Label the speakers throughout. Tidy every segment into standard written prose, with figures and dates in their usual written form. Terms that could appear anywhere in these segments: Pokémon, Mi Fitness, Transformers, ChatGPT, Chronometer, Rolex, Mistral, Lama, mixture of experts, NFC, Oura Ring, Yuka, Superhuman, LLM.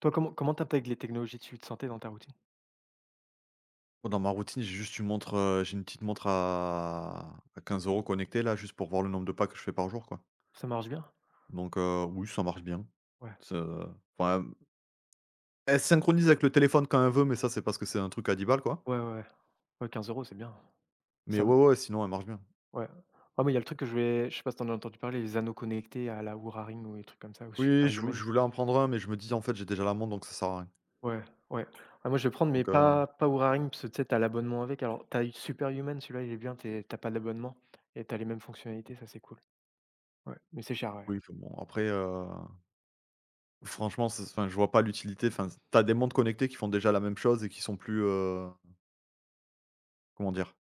Speaker 1: Toi, comment tu intègres les technologies de suivi de santé dans ta routine?
Speaker 2: Dans ma routine, j'ai juste une montre, j'ai une petite montre à 15 € connectée là, juste pour voir le nombre de pas que je fais par jour, quoi.
Speaker 1: Ça marche bien?
Speaker 2: Donc, oui, ça marche bien.
Speaker 1: Ouais.
Speaker 2: Ça enfin, elle se synchronise avec le téléphone quand elle veut, mais ça, c'est parce que c'est un truc à 10 balles, quoi.
Speaker 1: Ouais, ouais, ouais. Quinze euros, c'est bien.
Speaker 2: Mais
Speaker 1: Ça me
Speaker 2: ouais, ouais, sinon, elle marche bien.
Speaker 1: ouais. Ah, mais il y a le truc que je sais pas si t'en as entendu parler, les anneaux connectés à la Oura Ring ou des trucs comme ça, ou
Speaker 2: Oui, je
Speaker 1: Superhuman.
Speaker 2: voulais en prendre un, mais je me dis: «En fait, j'ai déjà la montre, donc ça sert à rien».
Speaker 1: Ouais, ouais. Ah, moi, je vais prendre, mais
Speaker 2: Donc,
Speaker 1: pas Oura Ring parce que, tu sais, tu l'abonnement avec. Alors, t'as eu Superhuman, celui-là, il est bien, tu es pas d'abonnement et t'as les mêmes fonctionnalités, ça, c'est cool. Ouais, mais c'est cher, ouais.
Speaker 2: oui, enfin bon, après, franchement, c'est enfin, je vois pas l'utilité. Enfin, t'as des montres connectées qui font déjà la même chose et qui sont plus, comment dire?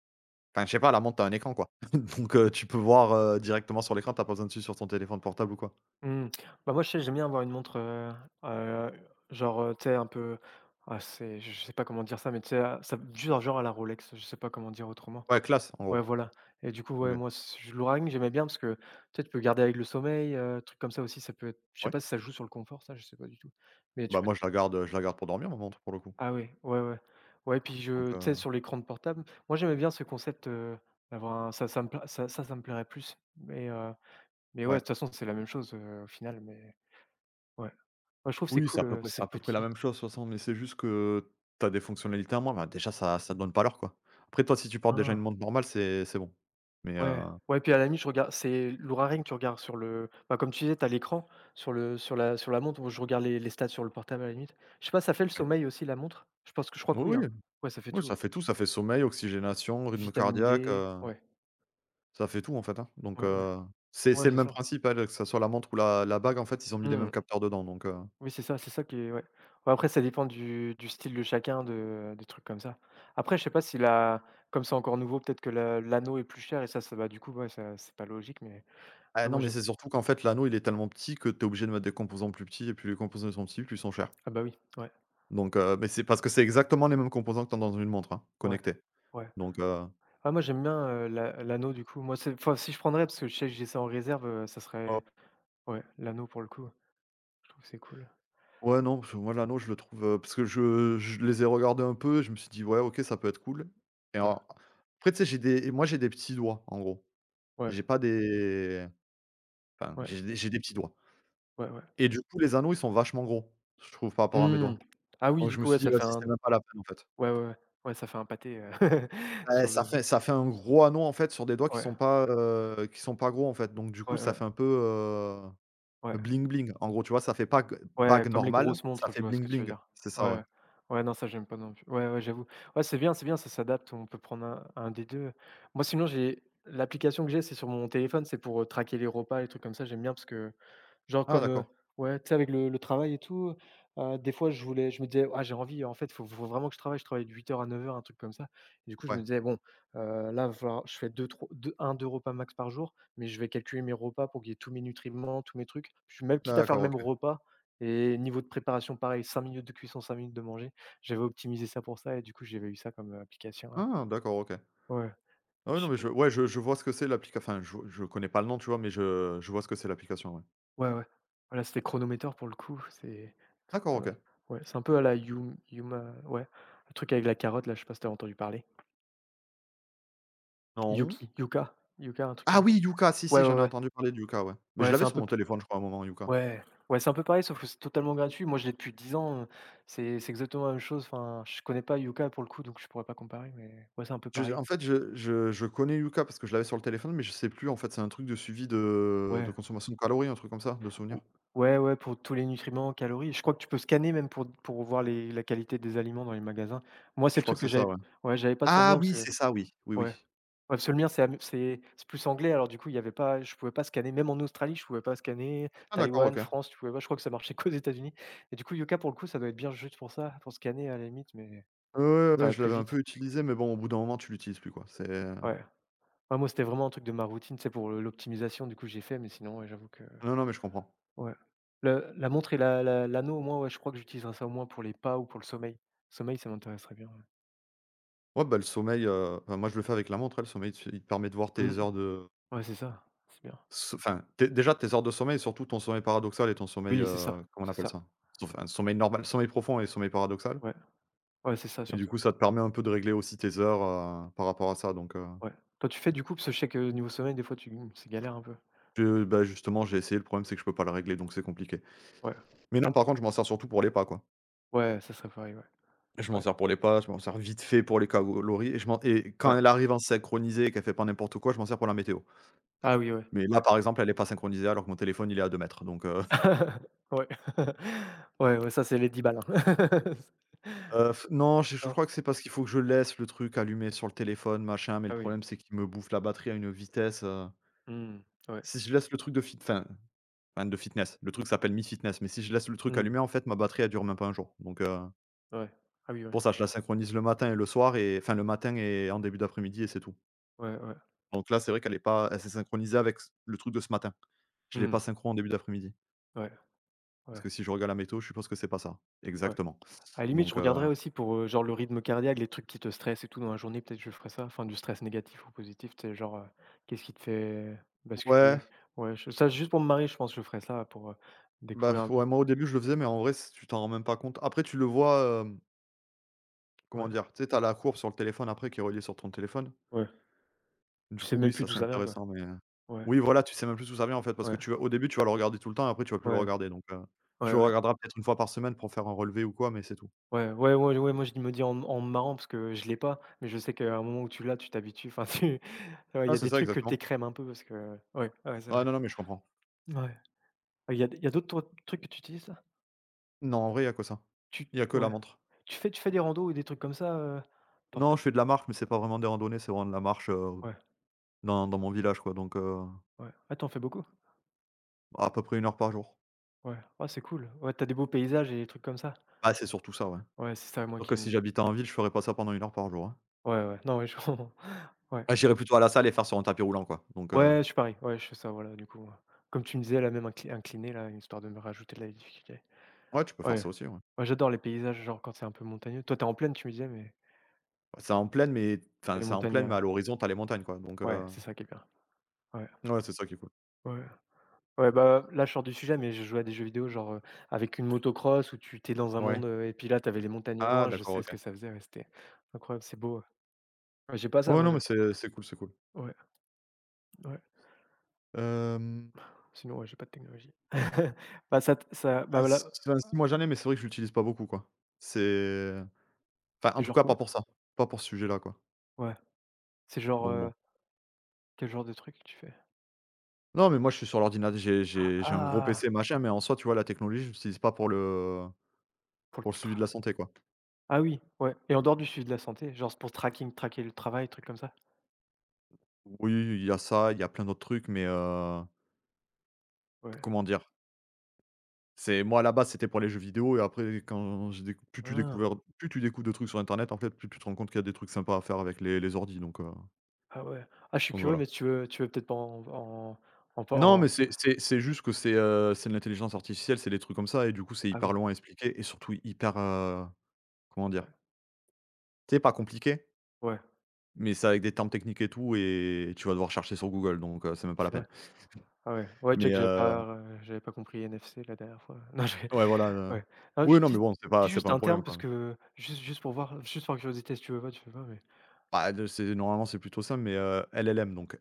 Speaker 2: Enfin, je sais pas, la montre, tu un écran, quoi. Donc, tu peux voir, directement sur l'écran, t'as pas besoin de suivre sur ton téléphone portable ou quoi.
Speaker 1: Mmh. Bah, moi, je sais, j'aime bien avoir une montre, heu, genre, tu sais, un peu, c'est je sais pas comment dire ça, mais tu sais, à ça genre à la Rolex, je sais pas comment dire autrement.
Speaker 2: Ouais, classe, en
Speaker 1: Ouais,
Speaker 2: gros.
Speaker 1: voilà, et du coup, ouais,
Speaker 2: OK.
Speaker 1: moi, c je l'orang, j'aimais bien parce que, tu sais, tu peux garder avec le sommeil, truc comme ça aussi, ça peut être je sais
Speaker 2: Ouais.
Speaker 1: pas si ça joue sur le confort ça, je sais pas du tout, mais
Speaker 2: Bah,
Speaker 1: tu peux
Speaker 2: moi, je la garde pour dormir ma montre, pour le coup.
Speaker 1: ah ouais, ouais, ouais. Ouais, puis
Speaker 2: Donc,
Speaker 1: je tu sais, sur l'écran de portable, moi, j'aimais bien ce concept, d'avoir un ça ça me pla ça ça ça me plairait plus, mais ouais, de
Speaker 2: ouais.
Speaker 1: toute façon, c'est la même chose, au final, mais ouais. Ouais, je trouve c'est
Speaker 2: Oui, c'est à
Speaker 1: cool,
Speaker 2: peu près c'est à
Speaker 1: c'est
Speaker 2: peu près la
Speaker 1: petit.
Speaker 2: même chose, de toute façon, mais c'est juste que t'as des fonctionnalités en moins, bah, déjà, ça te donne pas l'heure, quoi. Après, toi, si tu portes déjà une
Speaker 1: Ah!
Speaker 2: montre normale, c'est bon. Mais
Speaker 1: Ouais, ouais, puis à la nuit je regarde c'est l'ouraring tu regardes sur le bah, comme tu disais, t'as l'écran sur la montre. Où je regarde les stats sur le portable, à la limite. Je sais pas, ça fait le
Speaker 2: ouais.
Speaker 1: sommeil aussi, la montre? Je pense que je crois que oui,
Speaker 2: Oui, oui,
Speaker 1: hein. Ouais, ça fait
Speaker 2: oui,
Speaker 1: tout.
Speaker 2: ça fait tout, ça fait sommeil, oxygénation, rythme
Speaker 1: Vitamine
Speaker 2: cardiaque,
Speaker 1: D, ouais,
Speaker 2: ça fait tout en fait, hein, donc,
Speaker 1: ouais, ouais.
Speaker 2: c'est
Speaker 1: Ouais,
Speaker 2: c'est le
Speaker 1: c'est
Speaker 2: même
Speaker 1: ça.
Speaker 2: principe, hein, que ça soit la montre ou la bague en fait, ils ont mis les mêmes
Speaker 1: Mmh.
Speaker 2: capteurs dedans, donc,
Speaker 1: Oui, c'est ça qui est ouais. Ouais, après, ça dépend du style de chacun, de des trucs comme ça. Après, je sais pas si la comme c'est encore nouveau, peut-être que la l'anneau est plus cher et ça va du coup, ouais, ça c'est pas logique, mais
Speaker 2: ah
Speaker 1: ouais, moi,
Speaker 2: non, mais
Speaker 1: j'aime.
Speaker 2: c'est surtout qu'en fait l'anneau il est tellement petit que tu es obligé de mettre des composants plus petits et plus les composants sont petits, plus ils sont chers,
Speaker 1: Ah bah, oui, ouais.
Speaker 2: donc, mais c'est parce que c'est exactement les mêmes composants que tu as dans une montre, hein,
Speaker 1: Ouais,
Speaker 2: connectée,
Speaker 1: ouais.
Speaker 2: donc,
Speaker 1: Ah moi j'aime bien, l'anneau du coup. Moi c'est enfin si je prendrais parce que je sais que j'ai ça en réserve, ça
Speaker 2: oh
Speaker 1: serait ouais, l'anneau pour le coup. Je trouve que c'est cool.
Speaker 2: ouais non, parce que moi l'anneau je le trouve, parce que je les ai regardés un peu, je me suis dit: «Ouais OK, ça peut être cool» et
Speaker 1: Ouais,
Speaker 2: alors après tu sais j'ai des moi j'ai des petits doigts en gros.
Speaker 1: ouais,
Speaker 2: J'ai pas des enfin
Speaker 1: ouais,
Speaker 2: j'ai des petits doigts.
Speaker 1: ouais, ouais.
Speaker 2: Et du coup, les anneaux, ils sont vachement gros, je trouve, par rapport à mes
Speaker 1: Mmh.
Speaker 2: doigts.
Speaker 1: Ah oui,
Speaker 2: Donc
Speaker 1: du
Speaker 2: je me
Speaker 1: coup,
Speaker 2: suis
Speaker 1: ouais,
Speaker 2: dit:
Speaker 1: ça
Speaker 2: «Vas-y,
Speaker 1: fait un
Speaker 2: c'est même pas la peine, en fait».
Speaker 1: ouais, ouais, ouais. Ouais, ça fait un pâté,
Speaker 2: Bah,
Speaker 1: sur
Speaker 2: ça
Speaker 1: le
Speaker 2: fait ça fait un gros anneau, en fait, sur des doigts
Speaker 1: ouais,
Speaker 2: qui sont pas gros, en fait. Donc du coup,
Speaker 1: ouais,
Speaker 2: ça
Speaker 1: ouais,
Speaker 2: fait un peu,
Speaker 1: ouais.
Speaker 2: bling bling. En gros, tu vois, ça fait pas g
Speaker 1: Ouais,
Speaker 2: bague
Speaker 1: comme les
Speaker 2: normale,
Speaker 1: grosses
Speaker 2: ça
Speaker 1: montres, je
Speaker 2: fait
Speaker 1: vois ce
Speaker 2: bling
Speaker 1: que tu veux
Speaker 2: bling.
Speaker 1: dire.
Speaker 2: C'est ça, ouais.
Speaker 1: Ouais, ouais, non, ça, j'aime pas non plus. Ouais, ouais, j'avoue. Ouais, c'est bien, ça s'adapte, on peut prendre un des 2. Moi, sinon, j'ai l'application que j'ai, c'est sur mon téléphone, c'est pour, traquer les repas, les trucs comme ça, j'aime bien parce que, genre,
Speaker 2: Ah d'accord.
Speaker 1: ouais, tu sais, avec le travail et tout, des fois, je me disais: «Ah, j'ai envie, en fait, faut vraiment que je travaille». Je travaille de 8h à 9h, un truc comme ça. Et du coup, je
Speaker 2: Ouais.
Speaker 1: me disais: «Bon, là, va falloir je fais 2-3 2, 3 deux 1 2 repas max par jour, mais je vais calculer mes repas pour qu'il y ait tous mes nutriments, tous mes trucs». Je suis même quitte à faire le
Speaker 2: D'accord,
Speaker 1: même
Speaker 2: OK.
Speaker 1: repas, et niveau de préparation, pareil, 5 minutes de cuisson, 5 minutes de manger. J'avais optimisé ça pour ça et du coup, j'avais eu ça comme, application, ouais.
Speaker 2: Ah d'accord, OK.
Speaker 1: Ouais,
Speaker 2: Ah ouais,
Speaker 1: je
Speaker 2: non,
Speaker 1: sais
Speaker 2: mais
Speaker 1: pas
Speaker 2: je ouais, je vois ce que c'est l'applica enfin, je connais pas le nom, tu vois, mais je vois ce que c'est l'application, ouais.
Speaker 1: ouais, ouais. Voilà, c'était Chronometer pour le coup, c'est
Speaker 2: D'accord,
Speaker 1: pas mal.
Speaker 2: OK.
Speaker 1: Ouais, c'est un peu à la Yum Yuma. Ouais, le truc avec la carotte là, je sais pas si tu entendu parler?
Speaker 2: Non.
Speaker 1: Yuki, Yuka Yuka, un truc
Speaker 2: Ah
Speaker 1: comme ça.
Speaker 2: oui, Yuka, si, si,
Speaker 1: Ouais, ouais,
Speaker 2: j'en ai
Speaker 1: ouais.
Speaker 2: entendu parler de Yuka, ouais. Mais je
Speaker 1: Ouais,
Speaker 2: l'avais
Speaker 1: c'est un
Speaker 2: sur
Speaker 1: peu
Speaker 2: mon
Speaker 1: p
Speaker 2: téléphone, je crois, à un moment, Yuka.
Speaker 1: ouais, ouais, c'est un peu pareil sauf que c'est totalement gratuit. Moi, je l'ai depuis 10 ans, c'est exactement la même chose. Enfin, je connais pas Yuka pour le coup, donc je pourrais pas comparer, mais ouais, c'est un peu
Speaker 2: Je
Speaker 1: pareil.
Speaker 2: en fait, je connais Yuka parce que je l'avais sur le téléphone, mais je sais plus en fait, c'est un truc de suivi de
Speaker 1: Ouais.
Speaker 2: consommation de calories, un truc comme ça, de souvenir?
Speaker 1: Ou ouais, ouais, pour tous les nutriments, calories. Je crois que tu peux scanner même pour voir les la qualité des aliments dans les magasins. Moi, c'est
Speaker 2: Je
Speaker 1: le
Speaker 2: crois que
Speaker 1: truc que
Speaker 2: c'est ça,
Speaker 1: j'avais
Speaker 2: ouais.
Speaker 1: ouais, j'avais pas sur le
Speaker 2: Ah
Speaker 1: mien parce
Speaker 2: oui,
Speaker 1: que
Speaker 2: c'est ça, oui. Oui,
Speaker 1: ouais.
Speaker 2: oui.
Speaker 1: Ouais, parce que le mien, c'est plus anglais, alors du coup, il y avait pas je pouvais pas scanner. Même en Australie, je pouvais pas scanner.
Speaker 2: Ah d'accord,
Speaker 1: Taïwan,
Speaker 2: OK.
Speaker 1: France, tu pouvais pas. Je crois que ça marchait qu'aux États-Unis. Et du coup, Yoka, pour le coup, ça doit être bien juste pour ça, pour scanner à la limite, mais
Speaker 2: Ouais, ouais,
Speaker 1: ça
Speaker 2: ouais,
Speaker 1: va
Speaker 2: je
Speaker 1: plus
Speaker 2: l'avais un
Speaker 1: vite.
Speaker 2: peu utilisé, mais bon, au bout d'un moment, tu l'utilises plus, quoi. C'est,
Speaker 1: Ouais. Ouais, moi, c'était vraiment un truc de ma routine, c'est pour le l'optimisation, du coup, j'ai fait, mais sinon, ouais, j'avoue que
Speaker 2: non, non, mais je comprends.
Speaker 1: ouais. Le La montre et la la l'anneau au moins, ouais, je crois que j'utiliserai ça au moins pour les pas ou pour le sommeil. Sommeil, ça m'intéresserait bien, ouais.
Speaker 2: Ouais, bah, le sommeil, enfin, moi, je le fais avec la montre, hein, le sommeil, tu il te permet de voir tes
Speaker 1: Mmh.
Speaker 2: heures de
Speaker 1: Ouais, c'est ça, c'est bien.
Speaker 2: s enfin, tes déjà tes heures de sommeil et surtout ton sommeil paradoxal et ton sommeil,
Speaker 1: Oui, c'est ça,
Speaker 2: comment on
Speaker 1: c'est
Speaker 2: appelle
Speaker 1: ça.
Speaker 2: ça? Enfin, sommeil normal, sommeil profond et sommeil paradoxal.
Speaker 1: Ouais, ouais, c'est ça
Speaker 2: Et du
Speaker 1: surtout.
Speaker 2: coup, ça te permet un peu de régler aussi tes heures, par rapport à ça, donc,
Speaker 1: Ouais. Toi, tu fais du coup? Parce que je sais que niveau sommeil, des fois, tu mmh, c'est galère un peu.
Speaker 2: je bah, justement, j'ai essayé, le problème, c'est que je peux pas le régler, donc c'est compliqué.
Speaker 1: Ouais,
Speaker 2: Mais non, par contre, je m'en sers surtout pour les pas, quoi.
Speaker 1: ouais, ça serait pareil, ouais.
Speaker 2: Je m'en
Speaker 1: Ouais,
Speaker 2: sers pour les pas, je m'en sers vite fait pour les calories et je m'en et quand
Speaker 1: ouais.
Speaker 2: elle arrive en synchronisée et qu'elle fait pas n'importe quoi, je m'en sers pour la météo.
Speaker 1: Ah oui, ouais,
Speaker 2: Mais là,
Speaker 1: ouais.
Speaker 2: par exemple, elle est pas synchronisée alors que mon téléphone, il est à 2 mètres, donc,
Speaker 1: Ouais. Ouais, ouais, ça, c'est les 10 balles, hein.
Speaker 2: non, je
Speaker 1: Non?
Speaker 2: crois que c'est parce qu'il faut que je laisse le truc allumé sur le téléphone, machin, mais le
Speaker 1: Ah oui.
Speaker 2: problème, c'est qu'il me bouffe la batterie à une vitesse,
Speaker 1: Mmh. Ouais.
Speaker 2: si je laisse le truc de fi enfin, enfin de fitness. Le truc s'appelle Mi Fitness, mais si je laisse le truc
Speaker 1: Mmh.
Speaker 2: allumé, en fait, ma batterie, elle dure même pas un jour. Donc,
Speaker 1: Ouais. Ah oui, ouais,
Speaker 2: pour ça, je
Speaker 1: ouais.
Speaker 2: la synchronise le matin et le soir et enfin le matin et en début d'après-midi et c'est tout.
Speaker 1: Ouais, ouais.
Speaker 2: Donc là, c'est vrai qu'elle est pas elle s'est synchronisée avec c le truc de ce matin. Je l'ai pas
Speaker 1: Mmh.
Speaker 2: synchro en début d'après-midi.
Speaker 1: Ouais,
Speaker 2: Parce que
Speaker 1: ouais,
Speaker 2: si je regarde la météo, je suppose que c'est pas ça.
Speaker 1: ouais.
Speaker 2: Exactement.
Speaker 1: À la limite, je
Speaker 2: Donc,
Speaker 1: regarderais aussi pour, genre le rythme cardiaque, les trucs qui te stressent et tout dans la journée, peut-être je ferais ça, enfin du stress négatif ou positif, tu sais? Qu'est-ce qui te fait
Speaker 2: ouais,
Speaker 1: basculer? Ouais, je ça juste pour me marier, je pense que je ferais ça pour,
Speaker 2: bah,
Speaker 1: découvrir un p
Speaker 2: ouais, moi, au début, je le faisais, mais en vrai, c tu t'en rends même pas compte. Après, tu le vois, comment
Speaker 1: ouais,
Speaker 2: dire? Tu sais, tu la courbe sur le téléphone après qui est reliée sur ton téléphone.
Speaker 1: ouais.
Speaker 2: Du
Speaker 1: Tu sais
Speaker 2: coup, oui,
Speaker 1: même
Speaker 2: ça,
Speaker 1: plus d'où
Speaker 2: c'est
Speaker 1: ça vient, quoi.
Speaker 2: intéressant, mais,
Speaker 1: Ouais,
Speaker 2: oui, voilà, tu sais même plus où ça vient, en fait, parce que
Speaker 1: ouais,
Speaker 2: tu vas au début, tu vas le regarder tout le temps et après tu vas plus le
Speaker 1: ouais,
Speaker 2: regarder, donc, tu
Speaker 1: ouais,
Speaker 2: le
Speaker 1: ouais.
Speaker 2: regarderas peut-être une fois par semaine pour faire un relevé ou quoi, mais c'est tout.
Speaker 1: Ouais, ouais, ouais, ouais, moi je me dis en me marrant parce que je l'ai pas, mais je sais qu'à un moment où tu l'as, tu t'habitues, enfin tu ouais, il y
Speaker 2: Ah,
Speaker 1: a
Speaker 2: c'est
Speaker 1: des
Speaker 2: ça,
Speaker 1: trucs que
Speaker 2: exactement.
Speaker 1: tu écrèmes un peu parce que ouais, ouais, c'est
Speaker 2: Ouais,
Speaker 1: vrai.
Speaker 2: non, non, mais je comprends.
Speaker 1: Ouais. Il y a d'autres toi trucs que tu utilises?
Speaker 2: Non, en vrai, il y a que ça.
Speaker 1: Tu
Speaker 2: Il y a que la
Speaker 1: ouais.
Speaker 2: montre.
Speaker 1: Tu fais des randos ou des trucs comme ça, heu? Tu en
Speaker 2: Non,
Speaker 1: fais?
Speaker 2: je fais de la marche, mais c'est pas vraiment des randonnées, c'est vraiment de la marche,
Speaker 1: Ouais,
Speaker 2: dans mon village, quoi, donc,
Speaker 1: ouais. Ah, tu en fais beaucoup?
Speaker 2: à peu près une heure par jour.
Speaker 1: Ouais. Ah, c'est cool. Ouais, tu as des beaux paysages et des trucs comme ça?
Speaker 2: Ah, c'est surtout ça, ouais.
Speaker 1: Ouais, c'est ça moi
Speaker 2: Sûr
Speaker 1: qui
Speaker 2: que si
Speaker 1: me
Speaker 2: j'habitais en ville, je ferais pas ça pendant une heure par jour, hein.
Speaker 1: ouais, ouais. Non, ouais, je comprends. Ouais.
Speaker 2: Ah, j'irais plutôt à la salle et faire sur un tapis roulant, quoi, donc,
Speaker 1: Ouais, je suis pareil. Ouais, je fais ça, voilà, du coup, comme tu me disais là, même incliné là, histoire de me rajouter de la difficulté.
Speaker 2: ouais, tu peux faire
Speaker 1: Ouais.
Speaker 2: ça aussi, ouais.
Speaker 1: Ouais, j'adore les paysages, genre, quand c'est un peu montagneux. Toi, tu es en plaine, tu me disais, mais
Speaker 2: C'est en plaine, mais
Speaker 1: il
Speaker 2: enfin,
Speaker 1: y a les
Speaker 2: c'est en
Speaker 1: montagnes,
Speaker 2: plaine, mais à l'horizon, t'as les montagnes, quoi, donc,
Speaker 1: ouais, c'est ça qui est bien. Ouais,
Speaker 2: ouais, c'est ça qui est cool.
Speaker 1: ouais. Ouais, bah, là, je sors du sujet, mais je jouais à des jeux vidéo, genre, avec une motocross où tu t'es dans un monde,
Speaker 2: Ouais.
Speaker 1: et puis là, t'avais les montagnes au
Speaker 2: Ah
Speaker 1: loin, je
Speaker 2: d'accord,
Speaker 1: sais ce que
Speaker 2: OK.
Speaker 1: ça faisait, ouais, c'était incroyable, c'est beau, ouais. Ouais, j'ai pas ça,
Speaker 2: Ouais,
Speaker 1: moi,
Speaker 2: non, mais
Speaker 1: j'avoue.
Speaker 2: c'est cool, c'est cool.
Speaker 1: Ouais, ouais.
Speaker 2: Hem,
Speaker 1: Sinon, ouais, j'ai pas de technologie. Bah, ça t ça
Speaker 2: ah,
Speaker 1: bah, là
Speaker 2: si enfin, si moi j'en ai, mais c'est vrai que je l'utilise pas beaucoup, quoi. C'est enfin, en
Speaker 1: c'est
Speaker 2: tout
Speaker 1: genre
Speaker 2: cas,
Speaker 1: quoi?
Speaker 2: pas pour ça, pas pour ce sujet-là, quoi,
Speaker 1: Ouais, c'est genre,
Speaker 2: donc bon.
Speaker 1: heu, quel genre de truc tu fais?
Speaker 2: Non, mais moi, je suis sur l'ordinateur. J'ai un gros PC,
Speaker 1: Ah!
Speaker 2: machin, mais en soi, tu vois, la technologie, je l'utilise pas pour le
Speaker 1: Pour le
Speaker 2: pour le
Speaker 1: tra
Speaker 2: suivi de la santé, quoi.
Speaker 1: ah oui, ouais et en dehors du suivi de la santé, genre, c'est pour tracking traquer le travail, trucs comme ça?
Speaker 2: Oui, il y a ça, il y a plein d'autres trucs, mais,
Speaker 1: Ouais.
Speaker 2: comment dire? C'est moi, à la base, c'était pour les jeux vidéo et après quand j'ai déc plus tu
Speaker 1: Ah!
Speaker 2: découvres plus tu découvres de trucs sur internet, en fait, plus tu te rends compte qu'il y a des trucs sympas à faire avec les ordi, donc heu,
Speaker 1: Ah ouais. Ah, je suis
Speaker 2: donc
Speaker 1: curieux,
Speaker 2: voilà.
Speaker 1: mais tu veux peut-être pas en en en
Speaker 2: Non, mais
Speaker 1: en
Speaker 2: c'est juste que c'est de l'intelligence artificielle, c'est des trucs comme ça et du coup, c'est
Speaker 1: ah
Speaker 2: hyper
Speaker 1: oui,
Speaker 2: long à expliquer et surtout hyper, comment dire?
Speaker 1: ouais.
Speaker 2: C'est pas compliqué,
Speaker 1: Ouais.
Speaker 2: mais c'est avec des termes techniques et tout et tu vas devoir chercher sur Google, donc, c'est même pas la
Speaker 1: C'est
Speaker 2: peine.
Speaker 1: vrai. Ah ouais. Ouais, déjà
Speaker 2: Mais,
Speaker 1: que j'avais pas compris NFC la dernière fois. Non, je
Speaker 2: ouais, voilà,
Speaker 1: ouais. Non, je
Speaker 2: oui, non, mais
Speaker 1: dis
Speaker 2: bon, c'est pas
Speaker 1: dis
Speaker 2: c'est
Speaker 1: juste
Speaker 2: pas un
Speaker 1: un
Speaker 2: problème,
Speaker 1: terme parce
Speaker 2: quoi.
Speaker 1: que juste pour voir, juste par curiosité, si tu veux pas, tu veux pas, mais
Speaker 2: Bah, de c'est normalement, c'est plutôt simple, mais, LLM donc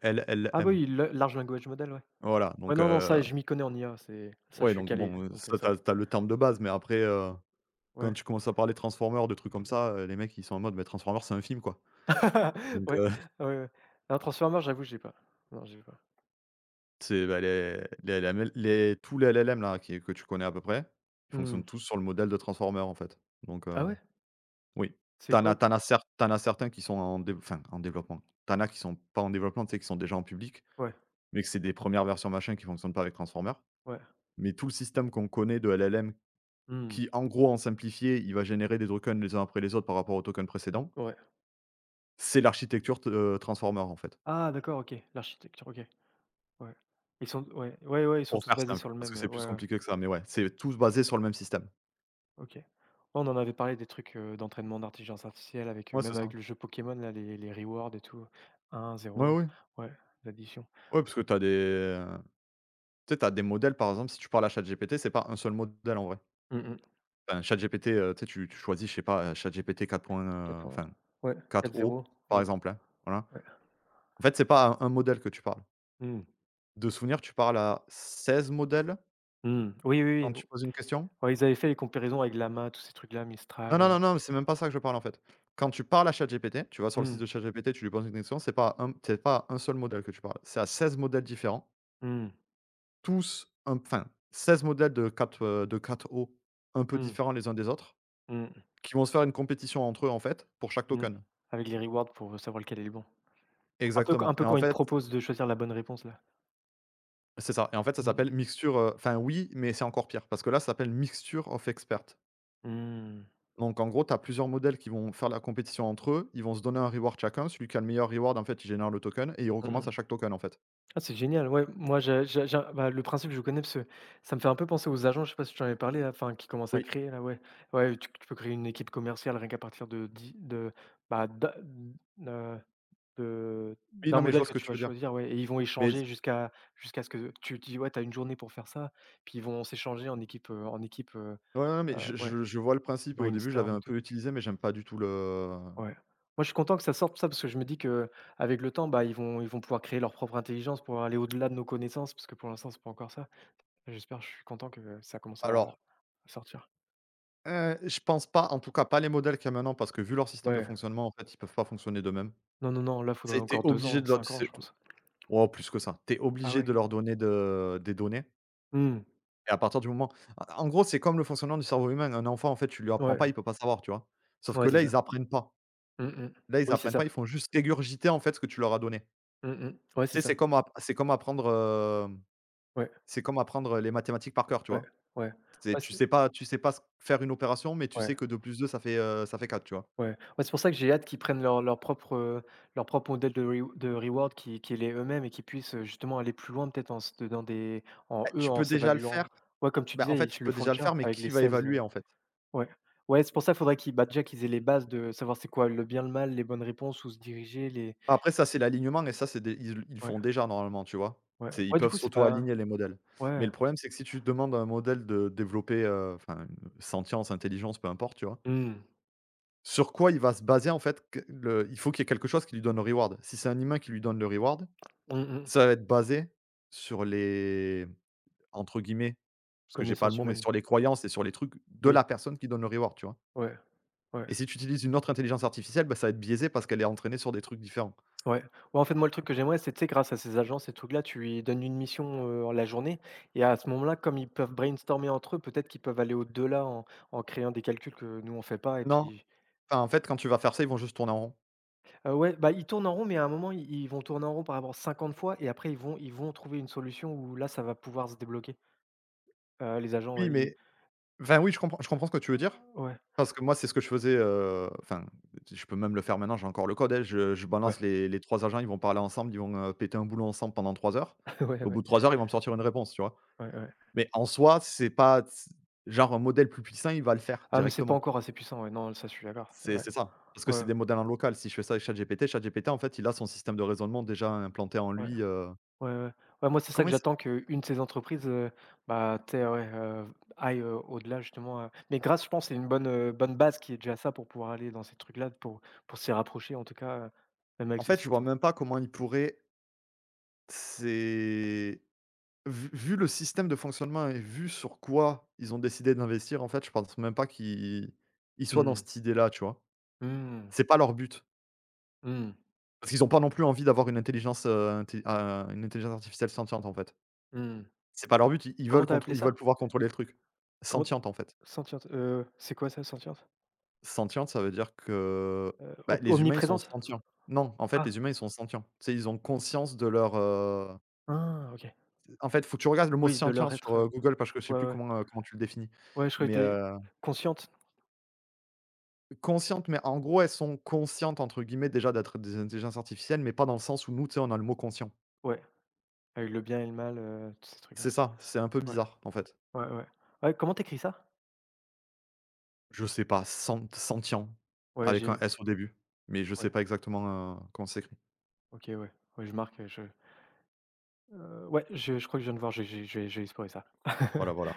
Speaker 1: ah bah
Speaker 2: LLM.
Speaker 1: oui, la large language model, ouais.
Speaker 2: Voilà,
Speaker 1: Ouais,
Speaker 2: donc,
Speaker 1: non, non, ça, je m'y connais en IA, c'est ça, je
Speaker 2: ouais,
Speaker 1: suis
Speaker 2: donc
Speaker 1: calé,
Speaker 2: bon, ça
Speaker 1: ça va.
Speaker 2: tu as le terme de base, mais après, quand
Speaker 1: Ouais.
Speaker 2: tu commences à parler Transformers, de trucs comme ça, les mecs, ils sont en mode: mais Transformers, c'est un film, quoi». Donc,
Speaker 1: Ouais, ouais, ouais. Non, Transformers, j'avoue, j'ai pas. Non, j'ai pas.
Speaker 2: c'est, bah, les LML les tous les LLM là, qui que tu connais à peu près, ils fonctionnent
Speaker 1: Mmh.
Speaker 2: tous sur le modèle de Transformers, en fait. Donc,
Speaker 1: Ah ouais?
Speaker 2: oui.
Speaker 1: C'est
Speaker 2: t'en as
Speaker 1: quoi?
Speaker 2: t'en as cer t'en as certains qui sont en dév enfin, en développement. T'en as qui sont pas en développement, tu sais, qui sont déjà en public,
Speaker 1: Ouais,
Speaker 2: mais que c'est des premières versions machin qui fonctionnent pas avec Transformers.
Speaker 1: ouais.
Speaker 2: Mais tout le système qu'on connaît de LLM
Speaker 1: Mmh.
Speaker 2: qui, en gros, en simplifié, il va générer des tokens les uns après les autres par rapport aux tokens précédents.
Speaker 1: Ouais.
Speaker 2: C'est l'architecture t Transformer, en fait,
Speaker 1: Ah d'accord, OK, l'architecture, OK. Ouais. Ils sont ouais, ouais, ouais, ils sont
Speaker 2: pour
Speaker 1: tous
Speaker 2: faire
Speaker 1: basés
Speaker 2: simple,
Speaker 1: sur le
Speaker 2: parce
Speaker 1: même,
Speaker 2: que c'est plus
Speaker 1: ouais, ouais.
Speaker 2: compliqué que ça, mais ouais, c'est tous
Speaker 1: Ouais.
Speaker 2: basés sur le même système.
Speaker 1: OK. Ouais, on en avait parlé des trucs, d'entraînement d'intelligence artificielle avec,
Speaker 2: Ouais, c'est
Speaker 1: même avec
Speaker 2: ça.
Speaker 1: le jeu Pokémon là, les rewards et tout, un
Speaker 2: Ouais,
Speaker 1: zéro
Speaker 2: ouais.
Speaker 1: ouais, l'addition.
Speaker 2: Ouais, parce que t'as des, tu sais, tu des modèles, par exemple, si tu parles à ChatGPT, c'est pas un seul modèle, en vrai.
Speaker 1: Mmh mh.
Speaker 2: Enfin, ChatGPT, tu sais, tu choisis, je sais pas, ChatGPT 4 point,
Speaker 1: 4 points,
Speaker 2: enfin
Speaker 1: ouais,
Speaker 2: 4
Speaker 1: quatre
Speaker 2: o
Speaker 1: zéro
Speaker 2: par
Speaker 1: ouais,
Speaker 2: exemple, hein, voilà.
Speaker 1: ouais.
Speaker 2: En fait, c'est pas à un modèle que tu parles.
Speaker 1: Mmh.
Speaker 2: De souvenir, tu parles à 16 modèles
Speaker 1: Mmh. Oui,
Speaker 2: quand
Speaker 1: oui, oui.
Speaker 2: tu poses une question.
Speaker 1: Ouais, ils avaient fait les comparaisons avec Lama tous ces trucs-là,
Speaker 2: Non,
Speaker 1: Mistral,
Speaker 2: non,
Speaker 1: heu.
Speaker 2: non, non, c'est même pas ça que je parle en fait. Quand tu parles à ChatGPT, tu vas sur le site
Speaker 1: Mmh.
Speaker 2: de ChatGPT, tu lui poses une question, c'est pas un seul modèle que tu parles, c'est à 16 modèles différents,
Speaker 1: Mmh.
Speaker 2: tous un enfin 16 modèles de 4 de 4o un peu
Speaker 1: Mmh.
Speaker 2: différents les uns des autres,
Speaker 1: Mmh.
Speaker 2: qui vont se faire une compétition entre eux en fait, pour chaque
Speaker 1: Mmh.
Speaker 2: token.
Speaker 1: Avec les rewards pour savoir lequel est le bon. Un
Speaker 2: Exactement, et
Speaker 1: peu
Speaker 2: en
Speaker 1: quand ils te
Speaker 2: fait
Speaker 1: proposent de choisir la bonne réponse là.
Speaker 2: c'est ça, et en fait ça
Speaker 1: Mmh.
Speaker 2: s'appelle mixture, enfin oui, mais c'est encore pire parce que là ça s'appelle mixture of experts.
Speaker 1: Mmh.
Speaker 2: Donc en gros, tu as plusieurs modèles qui vont faire la compétition entre eux, ils vont se donner un reward chacun, celui qui a le meilleur reward, en fait, il génère le token et il
Speaker 1: Mmh
Speaker 2: recommence à
Speaker 1: mh.
Speaker 2: chaque token en fait.
Speaker 1: Ah, c'est génial, ouais. Moi, je bah, le principe, je connais parce que ça me fait un peu penser aux agents, je sais pas si tu en avais parlé là, enfin qui commencent à
Speaker 2: Oui.
Speaker 1: créer là, ouais. Ouais, tu peux créer une équipe commerciale rien qu'à partir de dix de bah, d'a heu, de
Speaker 2: Oui,
Speaker 1: d'un
Speaker 2: non, mais je
Speaker 1: modèle
Speaker 2: vois ce
Speaker 1: que
Speaker 2: que
Speaker 1: tu
Speaker 2: tu
Speaker 1: vas
Speaker 2: veux dire.
Speaker 1: choisir, ouais et ils vont
Speaker 2: Mais c
Speaker 1: échanger jusqu'à ce que tu dis: «Ouais, tu as une journée pour faire ça», puis ils vont s'échanger en équipe,
Speaker 2: Ouais, ouais, mais je
Speaker 1: ouais,
Speaker 2: je je vois le principe, et au début, je l'avais
Speaker 1: brainstorm et
Speaker 2: un
Speaker 1: tout.
Speaker 2: peu utilisé, mais j'aime pas du tout le…
Speaker 1: Ouais. Moi, je suis content que ça sorte ça parce que je me dis que avec le temps, bah, ils vont pouvoir créer leur propre intelligence pour aller au-delà de nos connaissances parce que pour l'instant, c'est pas encore ça. J'espère, je suis content que ça commence à
Speaker 2: Alors,
Speaker 1: à sortir.
Speaker 2: je pense pas, en tout cas pas les modèles qu'il y a maintenant, parce que vu leur système de
Speaker 1: Ouais,
Speaker 2: fonctionnement, en fait, ils peuvent pas fonctionner d'eux-mêmes.
Speaker 1: non, non, non, là, faudrait
Speaker 2: C'est tu
Speaker 1: encore 2
Speaker 2: obligé
Speaker 1: ans,
Speaker 2: de leur
Speaker 1: 5 ans,
Speaker 2: c'est
Speaker 1: je pense.
Speaker 2: Oh, plus que ça. T'es
Speaker 1: Ah
Speaker 2: obligé
Speaker 1: ouais?
Speaker 2: de leur donner de des données,
Speaker 1: Mmh.
Speaker 2: et à partir du moment… En gros, c'est comme le fonctionnement du cerveau humain. Un enfant, en fait, tu lui apprends
Speaker 1: Ouais,
Speaker 2: pas, il peut pas savoir, tu vois? Sauf que
Speaker 1: ouais, c'est
Speaker 2: là, ils
Speaker 1: ça.
Speaker 2: apprennent pas.
Speaker 1: Mmh mh.
Speaker 2: Là, ils
Speaker 1: Oui, c'est
Speaker 2: apprennent pas,
Speaker 1: ça.
Speaker 2: ils font juste régurgiter, en fait, ce que tu leur as donné.
Speaker 1: Mmh mh. Ouais, c'est
Speaker 2: Tu sais, c'est
Speaker 1: ça.
Speaker 2: comme app c'est comme apprendre, hem
Speaker 1: Ouais,
Speaker 2: c'est comme apprendre les mathématiques par cœur, tu
Speaker 1: ouais,
Speaker 2: vois?
Speaker 1: ouais.
Speaker 2: C'est
Speaker 1: Ouais, c'est
Speaker 2: Tu sais pas s faire une opération, mais tu
Speaker 1: ouais,
Speaker 2: sais que deux plus 2 ça fait quatre, tu vois?
Speaker 1: ouais. Ouais, c'est pour ça que j'ai hâte qu'ils prennent leur propre modèle de reward qui est les eux-mêmes et qu'ils puissent, justement aller plus loin peut-être en se donnant des en
Speaker 2: Bah,
Speaker 1: eux,
Speaker 2: tu
Speaker 1: en
Speaker 2: peux déjà le faire.
Speaker 1: s'évaluant. Ouais, comme tu
Speaker 2: Bah, en
Speaker 1: disais,
Speaker 2: fait,
Speaker 1: ils
Speaker 2: tu
Speaker 1: le
Speaker 2: peux
Speaker 1: font
Speaker 2: déjà le
Speaker 1: déjà
Speaker 2: faire, mais
Speaker 1: avec les
Speaker 2: qui va
Speaker 1: seize.
Speaker 2: évaluer, en fait?
Speaker 1: Ouais. Ouais, c'est pour ça, faudrait qu'ils bah, déjà qu'ils aient les bases de savoir c'est quoi le bien, le mal, les bonnes réponses, où se diriger, les
Speaker 2: Après ça, c'est l'alignement, et ça, c'est des… ils le
Speaker 1: ouais,
Speaker 2: font déjà normalement, tu vois?
Speaker 1: ouais.
Speaker 2: C'est… ils
Speaker 1: Ouais, du
Speaker 2: peuvent
Speaker 1: coup, c'est pas
Speaker 2: s'auto-aligner les modèles. Mais
Speaker 1: ouais.
Speaker 2: le problème, c'est que si tu demandes à un modèle de développer, enfin, une sentience, intelligence, peu importe, tu vois?
Speaker 1: Mmh.
Speaker 2: Sur quoi il va se baser, en fait? Que le Il faut qu'il y ait quelque chose qui lui donne le reward. Si c'est un humain qui lui donne le reward,
Speaker 1: Mmh mh.
Speaker 2: ça va être basé sur les… Entre guillemets, parce que j'ai pas le
Speaker 1: Connaissance
Speaker 2: mot, mais
Speaker 1: humaine.
Speaker 2: sur les croyances et sur les trucs de
Speaker 1: Oui.
Speaker 2: la personne qui donne le reward, tu vois?
Speaker 1: Ouais, ouais,
Speaker 2: Et si tu utilises une autre intelligence artificielle, bah, ça va être biaisé parce qu'elle est entraînée sur des trucs différents.
Speaker 1: ouais. Ouais, en fait, moi, le truc que j'aimerais, c'est, tu sais, grâce à ces agences, ces trucs-là, tu lui donnes une mission, la journée et à ce moment-là, comme ils peuvent brainstormer entre eux, peut-être qu'ils peuvent aller au-delà en créant des calculs que nous, on fait pas et
Speaker 2: Non,
Speaker 1: puis
Speaker 2: enfin, en fait, quand tu vas faire ça, ils vont juste tourner en rond.
Speaker 1: heu, ouais, bah, ils tournent en rond, mais à un moment, ils vont tourner en rond par rapport 50 fois et après ils vont trouver une solution où là, ça va pouvoir se débloquer. Les agents,
Speaker 2: Oui,
Speaker 1: ouais, ils
Speaker 2: mais enfin, oui, je comprends ce que tu veux dire,
Speaker 1: ouais,
Speaker 2: parce que moi, c'est ce que je faisais, enfin, je peux même le faire maintenant, j'ai encore le code, hein. Je
Speaker 1: ouais,
Speaker 2: balance les 3 agents, ils vont parler ensemble, ils vont, péter un boulot ensemble pendant 3 heures.
Speaker 1: ouais,
Speaker 2: Au bout
Speaker 1: ouais,
Speaker 2: de 3 heures, ils vont me sortir une réponse, tu vois?
Speaker 1: ouais, ouais.
Speaker 2: Mais en soi, c'est pas… genre un modèle plus puissant, il va le faire
Speaker 1: Ah, mais c'est pas
Speaker 2: directement.
Speaker 1: encore assez puissant, ouais, non, ça, je suis d'accord. Ouais,
Speaker 2: C'est ça, parce que c'est
Speaker 1: ouais,
Speaker 2: des modèles en local. Si je fais ça avec ChatGPT, ChatGPT, en fait, il a son système de raisonnement déjà implanté en
Speaker 1: ouais,
Speaker 2: lui,
Speaker 1: ouais, ouais. Ouais, moi, c'est ça
Speaker 2: comment
Speaker 1: que
Speaker 2: il s
Speaker 1: j'attends qu'une de ces entreprises, bah, tu sais, aille, au-delà justement, mais grâce, je pense, c'est une bonne, bonne base qui est déjà ça pour pouvoir aller dans ces trucs-là, pour s'y rapprocher en tout cas, même avec
Speaker 2: en
Speaker 1: ce
Speaker 2: fait, je vois
Speaker 1: système.
Speaker 2: même pas comment il pourrait… c'est… vu le système de fonctionnement et vu sur quoi ils ont décidé d'investir, en fait, je pense même pas qu'ils soient dans
Speaker 1: Mmh.
Speaker 2: cette idée-là, tu vois?
Speaker 1: Mmh.
Speaker 2: C'est pas leur but,
Speaker 1: Mmh.
Speaker 2: parce qu'ils ont pas non plus envie d'avoir une intelligence, inté une intelligence artificielle sentiente, en fait.
Speaker 1: Mmh.
Speaker 2: C'est pas leur but, ils ils veulent
Speaker 1: Comment t'as
Speaker 2: contr
Speaker 1: appelé
Speaker 2: ils veulent
Speaker 1: ça?
Speaker 2: pouvoir contrôler le truc.
Speaker 1: Comment
Speaker 2: Sentiente, en fait.
Speaker 1: sentiente, c'est quoi ça, sentiente?
Speaker 2: Sentiente, ça veut dire que, bah,
Speaker 1: Om
Speaker 2: les humains, ils sont
Speaker 1: Omniprésente?
Speaker 2: sentients. Non, en fait,
Speaker 1: Ah!
Speaker 2: les humains, ils sont sentients. Tu sais, ils ont conscience de leur,
Speaker 1: Ah, OK.
Speaker 2: en fait, faut que tu regardes le mot
Speaker 1: Oui, de
Speaker 2: «sentient»
Speaker 1: leur
Speaker 2: sur,
Speaker 1: être,
Speaker 2: Google, parce que je sais
Speaker 1: ouais,
Speaker 2: plus
Speaker 1: ouais.
Speaker 2: comment, comment tu le définis.
Speaker 1: Ouais, je crois que
Speaker 2: Mais,
Speaker 1: t'es consciente?
Speaker 2: consciente, mais en gros, elles sont «conscientes» entre guillemets déjà d'être des intelligences artificielles, mais pas dans le sens où nous, tu sais, on a le mot «conscient».
Speaker 1: Ouais, avec le bien et le mal, tous ces
Speaker 2: C'est
Speaker 1: trucs-là.
Speaker 2: ça, c'est un peu
Speaker 1: Ouais,
Speaker 2: bizarre, en fait.
Speaker 1: ouais, ouais. Ouais, comment t'écris ça?
Speaker 2: Je sais pas, sentient
Speaker 1: Ouais,
Speaker 2: avec un
Speaker 1: j'ai
Speaker 2: S au début, mais je sais
Speaker 1: ouais,
Speaker 2: pas exactement, comment c'est écrit.
Speaker 1: OK, ouais. Ouais, je marque, ouais, je crois que je viens de voir, je vais explorer ça.
Speaker 2: Voilà, voilà.